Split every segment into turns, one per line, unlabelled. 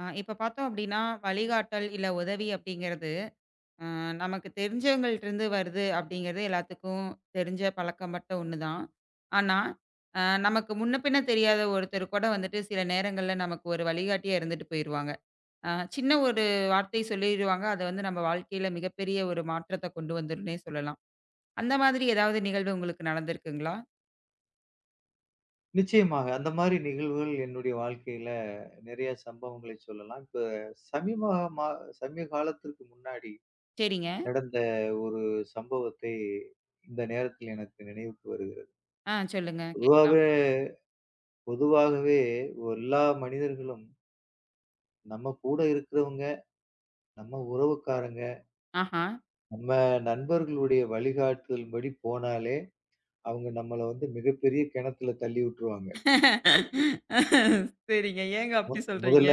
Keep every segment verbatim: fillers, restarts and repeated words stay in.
ஆ, இப்ப பார்த்தோம் அப்படின்னா, வழிகாட்டல் இல்ல உதவி அப்படிங்கிறது, அ நமக்கு தெரிஞ்சவங்கள்ட்டருந்து வருது அப்படிங்கிறது எல்லாத்துக்கும் தெரிஞ்ச பழக்கப்பட்ட ஒண்ணு தான். ஆனா, அ நமக்கு முன்ன பின்ன தெரியாத ஒருத்தர் கூட வந்துட்டு சில நேரங்கள்ல நமக்கு ஒரு வழிகாட்டியா இருந்துட்டு போயிருவாங்க. அ சின்ன ஒரு வார்த்தை சொல்லிருவாங்க. அது வந்து நம்ம வாழ்க்கையில மிகப்பெரிய ஒரு மாற்றத்த கொண்டு வந்துரும்னே சொல்லலாம். அந்த மாதிரி ஏதாவது நிகழ்வு உங்களுக்கு நடந்திருக்குங்களா?
நிச்சயமாக. அந்த மாரி நிகழ்வுகள் என்னுடைய வாழ்க்கையில நிறைய சம்பவங்களை சொல்லலாம். இப்ப சமீபமா சமீப காலத்திற்கு முன்னாடி
சரிங்க.
நடந்த ஒரு சம்பவத்தை இந்த நேரத்தில் எனக்கு நினைவுக்கு வருகிறது.
ஆ சொல்லுங்க கேட்கலாம்.
பொதுவாவே பொதுவாகவே எல்லா மனிதர்களும் நம்ம கூட இருக்கிறவங்க, நம்ம உறவுக்காரங்க,
ஆஹா.
நம்ம நண்பர்களுடைய வழிகாட்டுதல்படி போனாலே, அவங்க நம்மள வந்து மிகப்பெரிய கிணத்துல தள்ளி விட்டுருவாங்க.
சரிங்க. ஏங்க
மு
அப்படி சொல்றீங்க?
முதல்ல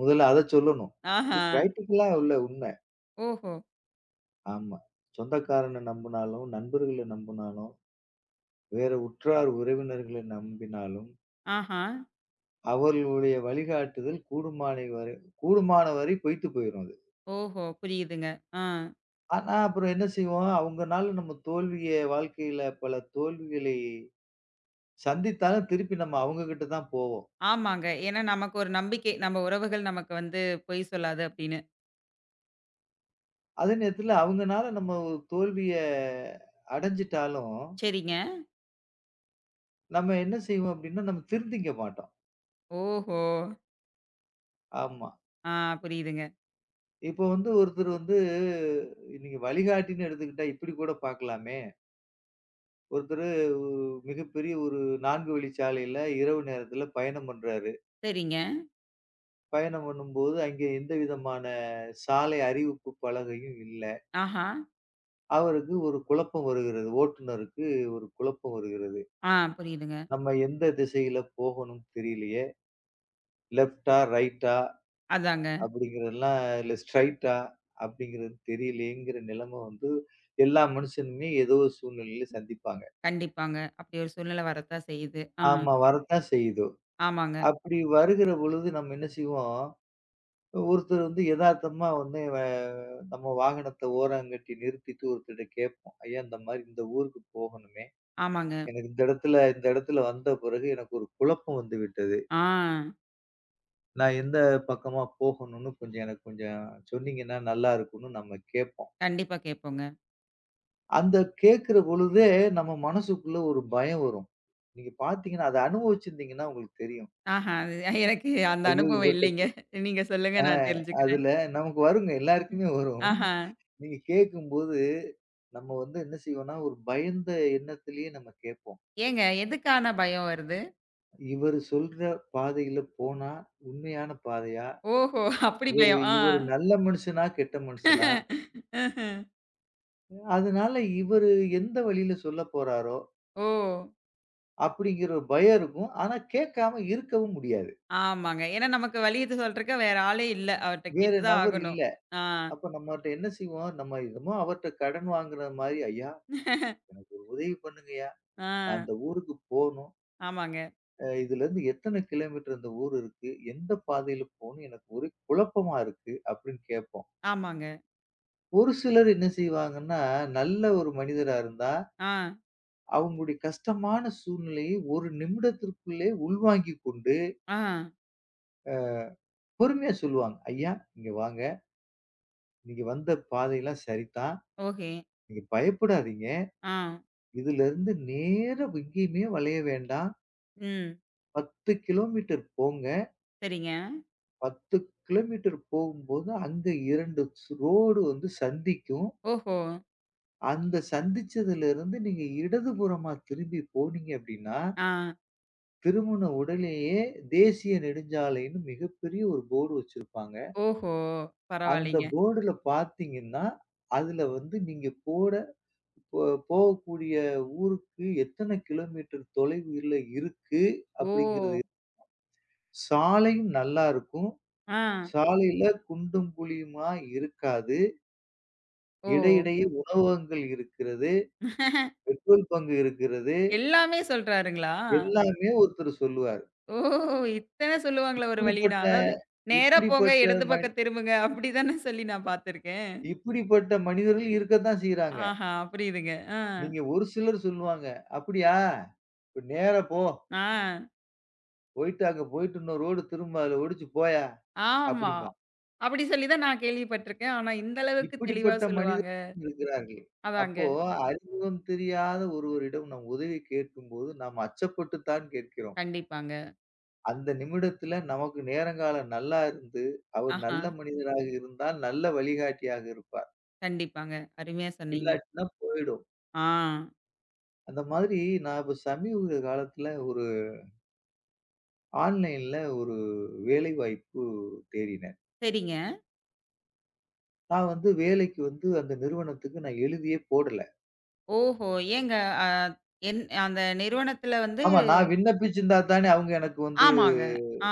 முதல்ல அத சொல்லணும். இது
ஆஹா.
பிராக்டிகலா உள்ள உண்ம.
ஓஹோ!
ஆமா. சொந்தக்காரன நம்புனாலும், நண்பர்கள நம்புனாலும், வேற உற்றார் உறவினர்களை நம்பினாலும்,
ஆஹா!
அவர்களுடைய வழிகாட்டுதல் கூடுமானை வரை கூடுமான வரை பொய்த்து போயிரும் அது.
ஓஹோ! புரியுதுங்க. ஆ.
ஆனா அப்புறம் என்ன செய்வோம், அவங்கனால நம்ம தோல்விய வாழ்க்கையில பல தோல்விகளை சந்தித்தாலும் திருப்பி நம்ம அவங்க கிட்ட தான் போவோம்.
ஆமாங்க. ஏன்னா நமக்கு ஒரு நம்பிக்கை. நம்ம உறவுகள் நமக்கு வந்து பொய் சொல்லாது அப்படின்னு.
அதே நேரத்துல அவங்கனால நம்ம ஒரு தோல்விய அடைஞ்சிட்டாலும்,
சரிங்க.
நம்ம என்ன செய்வோம் அப்டின்னா, நம்ம திருந்திக்க மாட்டோம்.
ஓஹோ!
ஆமா.
ஆ புரியுதுங்க.
இப்போ வந்து ஒருத்தர் வந்து நீங்க வழிகாட்டின்னு எடுத்துக்கிட்டா இப்படி கூட பார்க்கலாமே! ஒருத்தரு மிகப்பெரிய ஒரு நான்கு வழிச்சாலையில இரவு நேரத்தில பயணம் பண்றாரு.
சரிங்க.
பயணம் பண்ணும்போது அங்கே எந்த விதமான சாலை அறிவிப்பு பலகையும் இல்ல.
ஆஹா!
அவருக்கு ஒரு குழப்பம் வருகிறது. ஓட்டுநருக்கு ஒரு குழப்பம் வருகிறது.
ஆ புரியுதுங்க.
நம்ம எந்த திசையில போகணும்னு தெரியலையே! லெஃப்ட்டா, ரைட்டா
அதாங்க.
அப்படிங்கிறதெல்லாம் இல்ல ஸ்ட்ரைட்டா அப்படிங்கிறது தெரியலையேங்கிற நிலைமை வந்து எல்லா மனுஷனுமே ஏதோ ஒரு சூழ்நிலையில சந்திப்பாங்க.
கண்டிப்பாங்க. அப்படி ஒரு சூழ்நிலை வரத்தான் செய்யுது. ஆ.
ஆமா. வரத்தான் செய்யுது.
ஆமாங்க,
அப்படி வருகிற பொழுது நம்ம என்ன செய்வோம், ஒருத்தர் வந்து எதார்த்தமா வந்து வ நம்ம வாகனத்த ஓரங்கட்டி நிறுத்திட்டு ஒருத்தர்ட்ட கேட்போம். ஐயா, இந்த மாரி இந்த ஊருக்கு போகணுமே.
ஆமாங்க.
எனக்கு இந்த இடத்துல இந்த இடத்துல வந்த பிறகு எனக்கு ஒரு குழப்பம் வந்து விட்டது.
ஆ.
நான் எந்த பக்கமா போகணும்னு கொஞ்சம் எனக்கு கொஞ்சம் சொன்னீங்கன்னா நல்லா இருக்கும்னு நம்ம கேட்போம்.
கண்டிப்பா கேட்போங்க.
அந்த கேட்கிற பொழுதே நம்ம மனசுக்குள்ள ஒரு பயம் வரும். நீங்க பார்த்தீங்கன்னா, அத அனுபவிச்சிருந்தீங்கன்னா உங்களுக்கு தெரியும்.
ஆஹா! அது எனக்கு அந்த
ஐயோ!
அனுபவம்
இவர்ட்ட
இல்லைங்க. நீங்க சொல்லுங்க
ஆ
நான் தெரிஞ்சுக்கிறேன்.
அதுல நமக்கு வருங்க. எல்லாருக்குமே வரும்.
ஆஹா!
நீங்க கேட்கும்போது, நம்ம வந்து என்ன செய்வோம்னா, ஒரு பயந்த எண்ணத்திலேயே நம்ம கேட்போம்.
ஏங்க எதுக்கான பயம் வருது?
இவரு சொல்ற பாதையில போனா உண்மையான பாதையா?
ஓஹோ! அப்படி
இவரு
பயம். ஆ.
இவரு நல்ல மனுஷனா? கெட்ட மனுஷனா?
ம்ஹ்ம்.
அதனால இவரு எந்த வழியில சொல்லப் போறாரோ?
ஓ!
அப்படிங்கிற ஒரு பயம் இருக்கும். ஆனா கேட்காம இருக்கவும் முடியாது.
ஆமாங்க. ஏன்னா நமக்கு வழி இது சொல்றக்கு வேற ஆளே இல்ல. அவர்ட்ட
வேற
கேட்டு தான்
நபர் இல்ல.
ஆகணும். ஆ.
அப்ப நம்மட்ட என்ன செய்வோம்? நம்ம என்னமோ அவர்ட்ட கடன் வாங்குற மாரி, "ஐயா! உதவி பண்ணுங்கய்யா!
ஆ.
நான் அந்த ஊருக்கு போணும்."
ஆமாங்க.
அ இதுலேருந்து எத்தன கிலோமீட்டர் இந்த ஊர் இருக்கு? எந்த பாதையில போணும்? எனக்கு ஒரே குழப்பமா இருக்கு." அப்படின்னு கேட்போம்.
ஆமாங்க.
ஒரு சிலர் என்ன செய்வாங்கன்னா, நல்ல ஒரு மனிதரா இருந்தா,
ஆ.
அவங்களுடைய கஷ்டமான சூழ்நிலையை ஒரு நிமிடத்திற்குள்ளே உள்வாங்கிக் கொண்டு
ஆ.
பொறுமையா சொல்லுவாங்க. "ஐயா, இங்க வாங்க. நீங்க வந்த பாதையெல்லாம் சரிதான்.
ஓகே.
நீங்க பயப்படாதீங்க.
ஆ.
இதுலேருந்து நேரா எங்கேயுமே வளைய வேண்டாம்.
ம்.
பத்து கிலோமீட்டர் போங்க.
சரிங்க.
பத்து கிலோமீட்டர் போகும்போது அங்க இரண்டு ஸ் ரோடு வந்து சந்திக்கும்.
ஓஹோ!
அந்த சந்திச்சதுல இருந்து நீங்க இடதுபுறமா திரும்பி போனீங்க அப்படின்னா,
ஆ.
திரும்புன உடனேயே தேசிய நெடுஞ்சாலைன்னு மிகப்பெரிய ஒரு போர்டு வச்சிருப்பாங்க.
ஓஹோ!
அந்த
பரவாயில்லைங்க.
போர்டுல பார்த்தீங்கன்னா, அதுல வந்து நீங்க போட போ போகக்கூடிய ஊருக்கு எத்தனை கிலோமீட்டர் தொலைவுல இருக்கு
ஓ!
அப்படிங்கிறது. சாலையும் நல்லா இருக்கும்.
ஆ.
சாலையில குண்டும் குழியுமா இருக்காது.
ஓ!
இடையிடையே உணவகங்கள் இருக்கிறது. பெட்ரோல் பங்க் இருக்கிறது.
எல்லாமே சொல்றாருங்களா?
எல்லாமே ஒருத்தர் சொல்லுவாரு.
ஓ! இத்தன சொல்லுவாங்களா ஒரு வழின்னா?
இப்படிப்பட்ட
அதாவது நேரா போங்க,
இப்படிப்பட்ட
இடது
மனி
பக்கம் திரும்புங்க அப்டி தானே சொல்லி நான் பார்த்துருக்கேன்.
இப்படிப்பட்ட மனிதர்கள் இருக்கத்தான் செய்றாங்க.
ஆஹா! புரியுதுங்க. ஆ.
நீங்க ஒரு சிலர் சொல்லுவாங்க, "அப்படியா? இப்ப நேரா போ.
ஆ.
போயிட்டு அங்க போயிட்டு இன்னொரு ரோடு திரும்ப அதுல ஒடிச்சு போயா"
ஆமா.
அப்படிம்பான்.
அப்படி சொல்லி தான் நான் கேள்விப்பட்டுருக்கேன். ஆனா, இந்த அளவுக்கு தெளிவா
இப்படிப்பட்ட
சொல்லுவாங்க.
மனிதர்கள் இருக்கிறார்கள்.
அதாங்க.
அப்போ அறிமுகம் தெரியாத ஒருவரிடம் நம் உதவி கேட்கும்போது, நாம் அச்சப்பட்டுத்தான் கேட்கிறோம்.
கண்டிப்பாங்க.
அந்த நிமிடத்துல நமக்கு நேரங்காலம் நல்லா இருந்து, அவர்
ஆஹா.
நல்ல மனிதராக இருந்தால் நல்ல வழிகாட்டியாக இருப்பார்.
கண்டிப்பாங்க. அருமையா சொன்னீங்க.
இல்லாட்டினா போயிடும்.
ஆ.
அந்த மாதிரி நான் இப்ப சமீப காலத்துல ஒரு ஆன்லைன்ல ஒரு வேலைவாய்ப்பு தேடினேன்.
சரிங்க.
நான் வந்து வேலைக்கு வந்து அந்த நிறுவனத்துக்கு நான் எழுதியே போடல.
ஓஹோ! ஏங்க அ என் அந்த நிறுவனத்துல வந்து
ஆமா, நான் விண்ணப்பிச்சிருந்தா தானே அவங்க எனக்கு வந்து
ஆமாங்க. ஆ.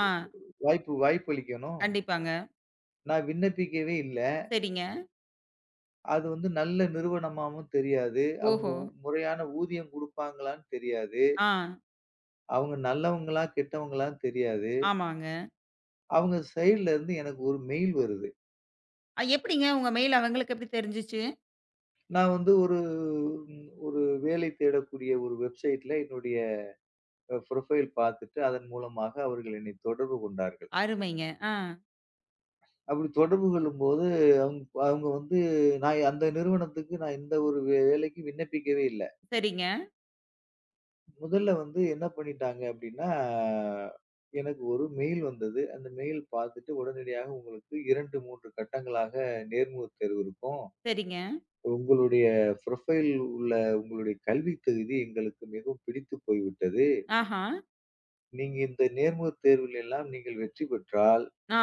வாய்ப்பு வாய்ப்பளிக்கணும்.
கண்டிப்பாங்க.
நான் விண்ணப்பிக்கவே இல்ல.
சரிங்க.
அது வந்து நல்ல நிறுவனமாவும் தெரியாது. அவங்க
ஓஹோ!
உ முறையான ஊதியம் குடுப்பாங்களான்னு தெரியாது.
ஆ.
அவங்க நல்லவங்களா, கெட்டவங்களான்னு தெரியாது.
ஆமாங்க.
அவங்க சைட்ல இருந்து எனக்கு ஒரு மெயில் வருது.
அ எப்படிங்க உங்க மெயில் அவங்களுக்கு எப்படி தெரிஞ்சுச்சு?
நான் வந்து ஒரு ம் ஒரு வேலை தேடக்கூடிய ஒரு வெப்சைட்ல என்னுடைய அ புரொஃபைல் பார்த்துட்டு, அதன் மூலமாக அவர்கள் என்னை தொடர்பு கொண்டார்கள்.
அருமைங்க. ஆ.
அப்படி தொடர்பு கொள்ளும்போது, அவுங் அவுங்க வந்து நான் அந்த நிறுவனத்துக்கு நான் இந்த ஒரு வே வேலைக்கு விண்ணப்பிக்கவே இல்ல.
சரிங்க,
முதல்ல வந்து என்ன பண்ணிட்டாங்க அப்படின்னா, எனக்கு ஒரு மெயில் வந்தது. அந்த மெயில் பார்த்துட்டு உடனடியாக உங்களுக்கு இரண்டு, மூன்று கட்டங்களாக நேர்முகத் தேர்வு இருக்கும்.
சரிங்க.
உங்களுடைய புரொஃபைல் உள்ள உங்களுடைய கல்வித் தகுதி எங்களுக்கு மிகவும் பிடித்துப் போய்விட்டது.
ஆஹா.
நீங்க இந்த நேர்முகத் தேர்வில் எல்லாம் நீங்கள் வெற்றி பெற்றால்,
ஆ.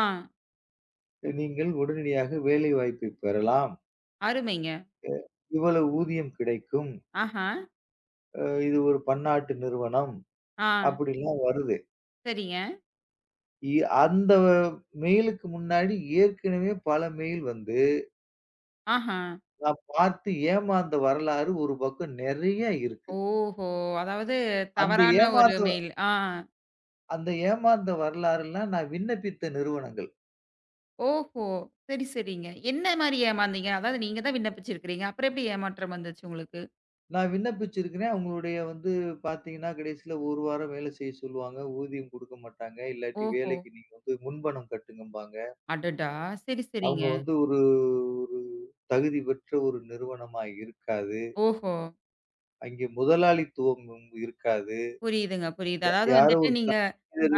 நீங்கள் உடனடியாக வேலை வாய்ப்பைப் பெறலாம்.
அருமைங்க.
இவ்வளவு ஊதியம் கிடைக்கும்.
ஆஹா.
அ இது ஒரு பன்னாட்டு நிறுவனம்.
ஆ.
அப்படிலாம் வருது.
சரிங்க.
இ அந்த மெயிலுக்கு முன்னாடி ஏற்கனவே பல மெயில் வந்து,
ஆஹா.
நான் பார்த்து ஏமாந்த வரலாறு ஒரு பக்கம் நெறைய இருக்கு.
ஓஹோ! அதாவது
அந்த
தவறான ஒரு
ஏமாந்த
மெயில். ஆ.
அந்த ஏமாந்த வரலாறுலாம் நான் விண்ணப்பித்த நிறுவனங்கள்.
ஓஹோ! சரி, சரிங்க. என்ன மாரி ஏமாந்தீங்க? அதாவது நீங்க தான் விண்ணப்பிச்சிருக்கிறீங்க. அப்புறம் எப்படி ஏமாற்றம் வந்துச்சு உங்களுக்கு?
நான் விண்ணப்பிச்சிருக்கிறேன். அவங்களுடைய வந்து பார்த்தீங்கன்னா, கடைசியில ஒரு வாரம் வேலை செய்ய சொல்லுவாங்க. ஊதியம் குடுக்க மாட்டாங்க. இல்லாட்டி
ஓஹோ!
வேலைக்கு நீங்க வந்து முன்பணம் கட்டுங்கம்பாங்க.
அடடா! சரி, சரிங்க.
அவங்க வந்து ஒரு ஒரு தகுதி பெற்ற ஒரு நிறுவனமா இருக்காது.
ஓஹோ!
அங்கே முதலாளித்துவம் இருக்காது.
புரியுதுங்க, புரியுது.
யா
அதாவது
யாரோ
வந்துட்டு
ஒரு
நீங்க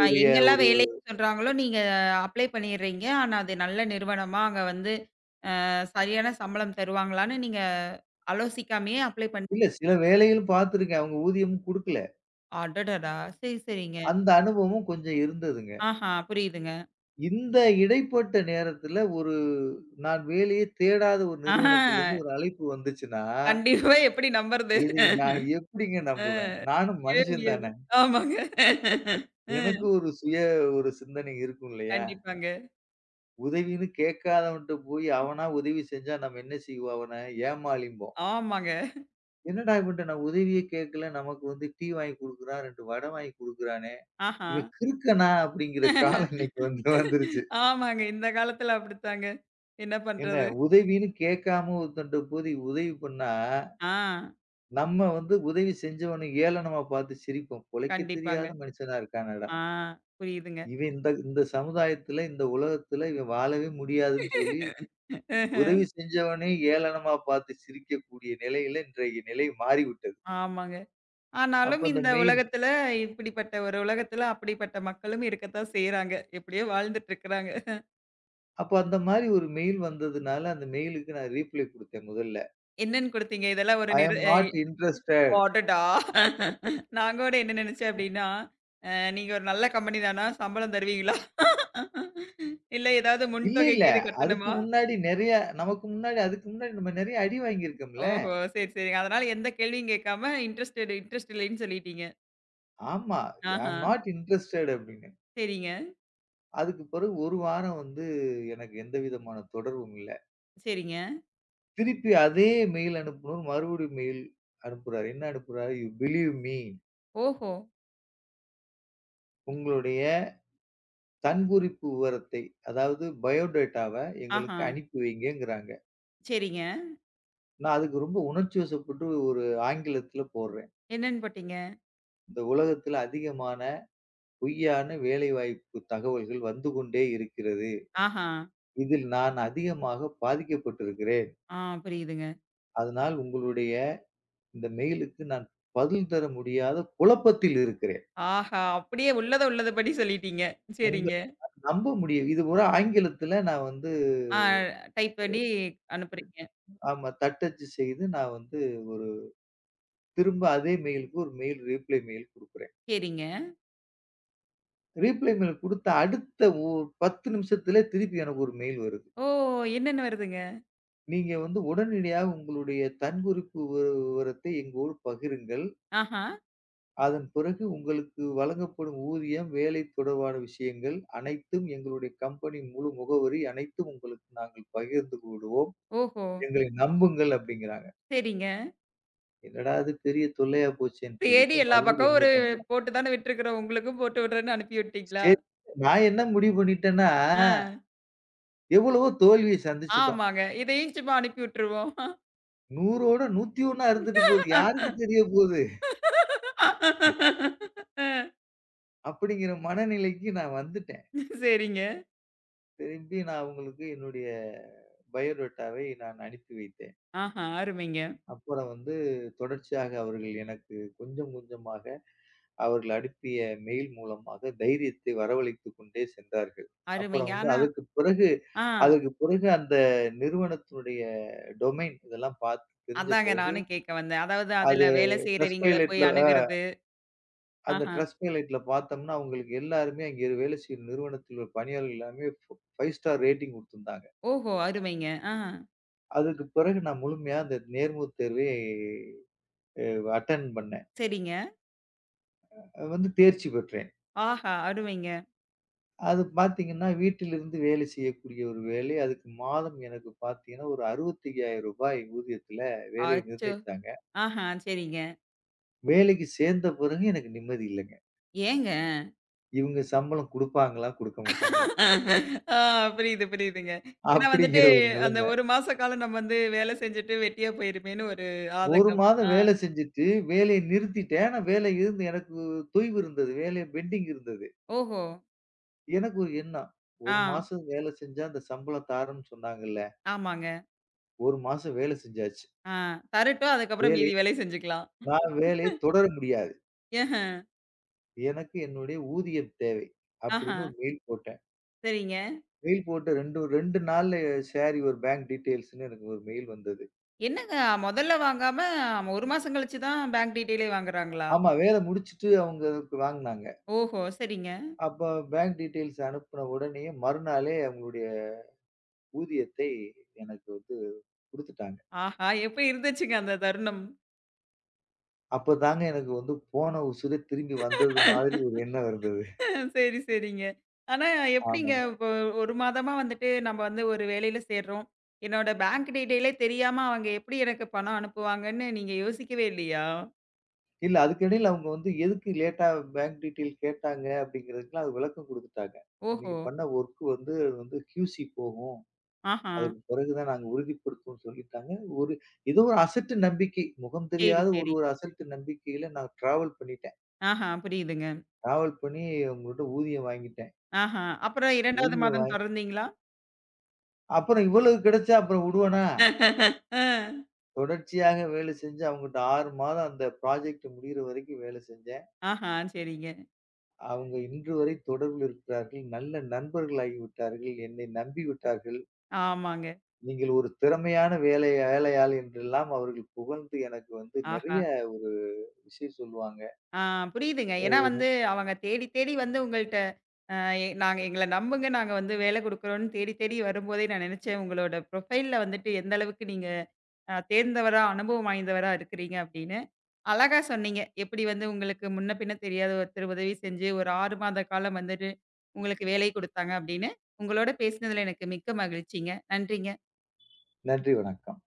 அ எங்கெல்லாம்
ஒரு
வேலை சொல்றாங்களோ, நீங்க அப்ளை பண்ணிடுறீங்க. ஆனா அது நல்ல நிறுவனமா, அங்க வந்து அ சரியான சம்பளம் தருவாங்களான்னு நீங்க ஆலோசிக்காமயே அப்ளை பண்ணி
இல்ல சில வேலைகள் பார்த்துருக்கேன். அவங்க ஊதியமும் குடுக்கல.
அடடடா! சரி, சரிங்க.
அந்த அனுபவமும் கொஞ்சம் இருந்ததுங்க.
ஆஹா! புரியுதுங்க.
இந்த இடைப்பட்ட நேரத்தில ஒரு நான் வேலையே தேடாத ஒரு
ஆஹா!
நிறுவனத்திலிருந்து ஒரு அழைப்பு வந்துச்சுன்னா
கண்டிப்பா எப்படி நம்புறது?
இது நான் எப்படிங்க நம்புவேன்? நானும்
முடியவே
மனுஷன்
முடியாது.
தானே!
ஆமாங்க. ம்.
எனக்கும் ஒரு சுய ஒரு சிந்தனை இருக்கும் இல்லையா?
கண்டிப்பாங்க.
உதவின்னு கேட்காதவன்ட்ட போய் அவனா உதவி செஞ்சா நம்ம என்ன செய்வோம் அவன? ஏமாளிம்போம்.
ஆமாங்க.
என்னடா இவன்ட்ட நான் உதவியே கேட்கல, நமக்கு வந்து டீ வாங்கி குடுக்குறான், ரெண்டு வடை வாங்கி குடுக்குறானே!
ஆஹா.
இவன் கிறுக்கனா? அப்படிங்கிற காலம் இன்னைக்கு வந்து வந்துருச்சு.
ஆமாங்க. இந்த காலத்துல அப்படித்தாங்க. என்ன
என்ன
பண்றது?
உதவின்னு கேட்காம ஒருத்தன்ட்ட போய் உதவி பண்ணா,
ஆ.
நம்ம வந்து உதவி செஞ்சவன ஏளனமா பார்த்து சிரிப்போம். பொழைக்க
கண்டிப்பாங்க.
தெரியாத மனுஷனா இருக்கானடா!
ஆ. புரியுதுங்க.
இவன் இந்த இந்த சமுதாயத்துல, இந்த உலகத்துல இவன் வாழவே முடியாதுன்னு சொல்லி,
ம்ஹ்ம்.
உதவி செஞ்சவனை ஏளனமா பார்த்து சிரிக்கக்கூடிய நிலையில இன்றைய நிலை மாறிவிட்டது.
ஆமாங்க.
அப்ப
ஆனாலும்
அந்த
இந்த
மெயில்
உலகத்துல இப்படிப்பட்ட ஒரு உலகத்துல அப்படிப்பட்ட மக்களும் இருக்கத்தான் செய்றாங்க. எப்படியோ வாழ்ந்துட்டு இருக்கறாங்க.
அப்ப அந்த மாரி ஒரு மெயில் வந்ததுனால, அந்த மெயிலுக்கு நான் ரீப்ளை குடுத்தேன் முதல்ல.
என்னன்னு குடுத்தீங்க? இதெல்லாம் ஒரு
ஐ
நிறு
அம் நாட் இன்ட்ரஸ்டட்.
அடடா! நான் கூட என்ன நெனச்சேன் அப்டின்னா, அ நீங்க ஒரு நல்ல கம்பெனி தானா? சம்பளம் தருவீங்களா? இல்ல ஏதாவது
இல்ல,
முன்தொகை
இல்ல.
கீது
அதுக்கு
கட்டணுமா?
முன்னாடி நெறைய நமக்கு முன்னாடி அதுக்கு முன்னாடி நம்ம நெறைய அடி வாங்கியிருக்கோம்ல.
ஓஹோ! சரி, சரிங்க. அதனால எந்த கேள்வியும் கேட்காம இன்ட்ரஸ்டட் இன்ட்ரெஸ்ட் இல்லைன்னு சொல்லிட்டீங்க.
ஆமா. ஐ
ஆஹா!
அம் நாட் இன்ட்ரஸ்டட் அப்படின்னு.
சரிங்க,
அதுக்கு பிறகு ஒரு வாரம் வந்து எனக்கு எந்த விதமான தொடர்பும் இல்ல.
சரிங்க.
திருப்பி அதே மெயில் அனுப்புனவர் மறுபடியும் மெயில் அனுப்புறாரு. என்ன அனுப்புறாரு? "யூ பிலீவ் மீ,
ஓஹோ!
உங்களுடைய தன்குறிப்பு விவரத்தை, அதாவது பயோடேட்டாவ
ஆஹா!
எங்களுக்கு அனுப்பி வைங்கங்கிறாங்க."
சரிங்க.
நான் அதுக்கு ரொம்ப உணர்ச்சி வசப்பட்டு ஒரு ஆங்கிலத்தில போடுறேன்.
என்னன்னு போட்டீங்க?
"இந்த உலகத்தில அதிகமான பொய்யான வேலைவாய்ப்பு தகவல்கள் வந்து கொண்டே இருக்கிறது.
ஆஹா!
இதில் நான் அதிகமாக பாதிக்கப்பட்டிருக்கிறேன்.
ஆ புரியுதுங்க.
அதனால் உங்களுடைய இந்த மெயிலுக்கு நான் பதில் தர முடியாத குழப்பத்தில் இருக்கிறேன்."
ஆஹா! அப்படியே உள்ளத உள்ளதபடி சொல்லிட்டீங்க.
உங்க
சரிங்க.
நம்ப முடியும். இது ஒரு ஆங்கிலத்தில நான் வந்து
ஆ டைப் பண்ணி அனுப்புறீங்க.
ஆமா தட்டச்சு செய்து நான் வந்து ஒரு திரும்ப அதே மெயிலுக்கு ஒரு மெயில் ரீப்ளை மெயில் குடுக்குறேன்.
சரிங்க.
ரீப்ளை மெயில் குடுத்த அடுத்த ஒரு பத்து நிமிஷத்திலே திருப்பி எனக்கு ஒரு மெயில் வருது.
ஓ! என்னன்னு வருதுங்க?
நீங்க வந்து உடனடியாக உங்களுடைய தன்குறிப்பு விவ விவரத்தை எங்கோடு பகிருங்கள்.
ஆஹா!
அதன் பிறகு உங்களுக்கு வழங்கப்படும் ஊதியம், வேலை தொடர்பான விஷயங்கள் அனைத்தும் எங்களுடைய கம்பெனி முழு முகவரி அனைத்தும் உங்களுக்கு நாங்கள் பகிர்ந்து கொள்
ஓஹோ!
எங்களை நம்புங்கள் அப்டிங்கிறாங்க.
சரிங்க.
என்னடா இது பெரிய தொல்லையா போச்சேன்னு
தேடி
சொல்லிட்டு
எல்லா
மறுபடியும்
பக்கம் ஒரு
என்ன பண்ணேன்,
போட்டு தானே விட்டுருக்கிறோம். உங்களுக்கும் போட்டு விடுறேன்னு அனுப்பி விட்டீங்களா?
சரி நான் என்ன முடிவு பண்ணிட்டேன்னா,
ஆ,
எவ்வளவோ தோல்விய சந்திச்சுட்டோம்.
ஆமாங்க. இதையும் சும்மா அனுப்பி விட்டுருவோம்.
100ோட நூத்தி ஒண்ணு இருந்துட்டு போது. யாருக்கு தெரிய போது?
அ
அப்படிங்கிற மனநிலைக்கு நான் வந்துட்டேன்.
சரிங்க.
திரும்பி நான் அவங்களுக்கு என்னுடைய பயோடேட்டாவை நான் அனுப்பி வைத்தேன்.
ஆஹா, அருமைங்க.
அப்புறம் வந்து தொடர்ச்சியாக அவர்கள் எனக்கு கொஞ்சம் கொஞ்சமாக அவர்கள் அனுப்பிய மெயில் மூலமாக தைரியத்தை வரவழைத்துக் கொண்டே சென்றார்கள். அப்புறம்
அருமைங்க.
வந்து
ஆனா
அதுக்கு பிறகு
ஆ
அதுக்கு பிறகு அந்த நிறுவனத்தினுடைய டொமைன் இதெல்லாம் பார்த்து தெரிஞ்ச
அதாங்க
பிறகு
நானும் கேட்க வந்தேன். அதாவது
அது
அதுல வேலை செய்றவங்கள போய்
Trustpiletல அ
அணுகுறது.
அந்த
ஆஹா.
Trustpiletல பார்த்தோம்னா, அவங்களுக்கு எல்லாருமே அங்கே வேலை செய்யும் நிறுவனத்தில் உள்ள பணியாளர்கள் எல்லாமே ஃப ஐந்து ஸ்டார் ரேட்டிங் குடுத்திருந்தாங்க.
ஓஹோ! அருமைங்க. ஆ
அதுக்கு பிறகு நான் முழுமையா அந்த நேர்முகத் தேர்வை அ அட்டெண்ட் பண்ணேன்.
சரிங்க.
அஹ் வந்து தேர்ச்சி பெற்றேன்.
ஆஹா! அருமைங்க.
அது பார்த்தீங்கன்னா, வீட்டிலிருந்து வேலை செய்யக்கூடிய ஒரு வேலை. அதுக்கு மாதம் எனக்கு பார்த்தீங்கன்னா, ஒரு ரூ. அறுபத்தி ஐந்தாயிரம் ஊதியத்தில வேலைய
அச்சோ!
நிர்ணயிச்சாங்க.
ஆஹா சரிங்க.
வேலைக்கு சேர்ந்த பிறகு எனக்கு நிம்மதி இல்லங்க.
ஏங்க?
இவங்க சம்பளம் குடுப்பாங்களா? குடுக்க மாட்டாங்களா?
ஆ புரியுது, புரியுதுங்க. ஏன்னா வந்துட்டு,
அப்படிங்கிற ஒரு
அந்த
நிலைமை.
ஒரு மாச காலம் நம்ம வந்து வேலை செஞ்சுட்டு வெட்டியா போயிருமேன்னு ஒரு
ஒரு
ஆதங்கம்.
மாதம்
ஆ.
வேலை செஞ்சுட்டு வேலைய நிறுத்திட்டேன். ஆனா வேலை இருந்து எனக்கு தொய்வு இருந்தது. வேலை பெண்டிங் இருந்தது.
ஓஹோ!
எனக்கு ஒரு எண்ணம். ஒரு
ஆ.
மாசம் வேலை செஞ்சா அந்த சம்பளம் தாரேன்னு சொன்னாங்கல்ல.
ஆமாங்க.
ஒரு மாசம் வேலை செஞ்சாச்சு.
ஆ. தரட்டும், அதுக்கப்புறம்
வேலை
மீதி வேலைய செஞ்சுக்கலாம்.
நான் வேலைய தொடர முடியாது.
ஏஹ,
எனக்கு என்னுடைய ஊதியம் தேவை.
ஆஹா.
அப்படின்னு ஒரு மெயில் போட்டேன்.
சரிங்க.
மெயில் போட்டு ரெண்டு ரெண்டு நாள்ல ஷேர் யுவர் பேங்க் டீட்டெயில்ஸ்ன்னு எனக்கு ஒரு மெயில் வந்தது.
என்னங்க மொதல்ல வாங்காம ஒரு மாசம் கழிச்சு தான் பேங்க் டீட்டெயிலே வாங்குறாங்களா?
ஆமா, வேலை முடிச்சுட்டு அவங்க அதுக்கு வாங்குனாங்க.
ஓஹோ! சரிங்க.
அப்ப பேங்க் டீட்டெயில்ஸ் அனுப்புன உடனேயே மறுநாளே அவங்களுடைய ஊதியத்தை எனக்கு வந்து குடுத்துட்டாங்க.
ஆஹா! எப்படி இருந்துச்சுங்க அந்த தருணம்?
அப்பதாங்க எனக்கு வந்து போன உசுரே திரும்பி வந்தது மாதிரி ஒரு எண்ணம் இருந்தது.
சரி, சரிங்க. ஆனா எப்படிங்க
ஆமாங்க.
இப்போ ஒரு மாதமா வந்துட்டு நம்ம வந்து ஒரு வேலையில சேர்றோம். என்னோட பேங்க் டீட்டெயிலே தெரியாம அவங்க எப்படி எனக்கு பணம் அனுப்புவாங்கன்னு நீங்க யோசிக்கவே இல்லையா?
இல்ல அதுக்கிடையில அவங்க வந்து எதுக்கு லேட்டா பேங்க் டீட்டெயில் கேட்டாங்க அப்படிங்கிறதுக்குலாம் அது விளக்கம் குடுத்துட்டாங்க.
ஓஹோ!
நீங்க பண்ண வொர்க் வந்து அது வந்து Q C போகும்.
ஆஹா.
அதுக்கு பிறகு தான் நாங்க உறுதிப்படுத்துவோம்னு சொல்லிட்டாங்க. ஒரு ஏதோ ஒரு அசட்டு நம்பிக்கை. முகம்
சரி,
தெரியாத ஒரு
சரி.
ஒரு அசட்டு நம்பிக்கையில நான் டிராவல் பண்ணிட்டேன்.
ஆஹா, புரியுதுங்க.
டிராவல் பண்ணி அவங்கள்ட்ட ஊதியம் வாங்கிட்டேன்.
ஆஹா. அப்புறம் ரெண்டாவது
ஊதியம்
மாதம்
வாங்கி
தொடர்ந்தீங்களா?
அப்புறம் இவ்வளவு கிடைச்சா அப்புறம் விடுவேனா?
அ.
தொடர்ச்சியாக வேலை செஞ்சு அவங்கட்ட ஆறு மாதம் அந்த ப்ராஜெக்ட் முடியிற வரைக்கும் வேலை செஞ்சேன்.
ஆஹா, சரிங்க.
அவங்க இன்று வரை தொடர்பில் இருக்கிறார்கள். நல்ல நண்பர்களாகி விட்டார்கள். என்னை நம்பி விட்டார்கள்.
ஆமாங்க.
நீங்கள் ஒரு திறமையான வேலை வேலையாள் என்றெல்லாம் அவர்கள் புகழ்ந்து எனக்கு வந்து நிறைய
ஆஹா.
ஒரு விஷயம் சொல்லுவாங்க.
ஆ புரியுதுங்க. ஏன்னா வந்து அவங்க தேடி, தேடி வந்து உங்கள்ட்ட எ நாங்க எங்கள நம்புங்க. நாங்க வந்து வேலை குடுக்குறோம்ன்னு தேடி தேடி வரும்போதே நான் நெனச்சேன், உங்களோட ப்ரொஃபைல்ல வந்துட்டு எந்த அளவுக்கு நீங்க அ தேர்ந்தவரா, அனுபவம் வாய்ந்தவரா இருக்கிறீங்க அப்படின்னு. அழகா சொன்னீங்க. எப்படி வந்து உங்களுக்கு முன்ன பின்ன தெரியாத ஒருத்தர் உதவி செஞ்சு, ஒரு ஆறு மாத காலம் வந்துட்டு உங்களுக்கு வேலை குடுத்தாங்க அப்படின்னு. உங்களோட பேசினதுல எனக்கு மிக்க மகிழ்ச்சிங்க. நன்றிங்க.
நன்றி வணக்கம்.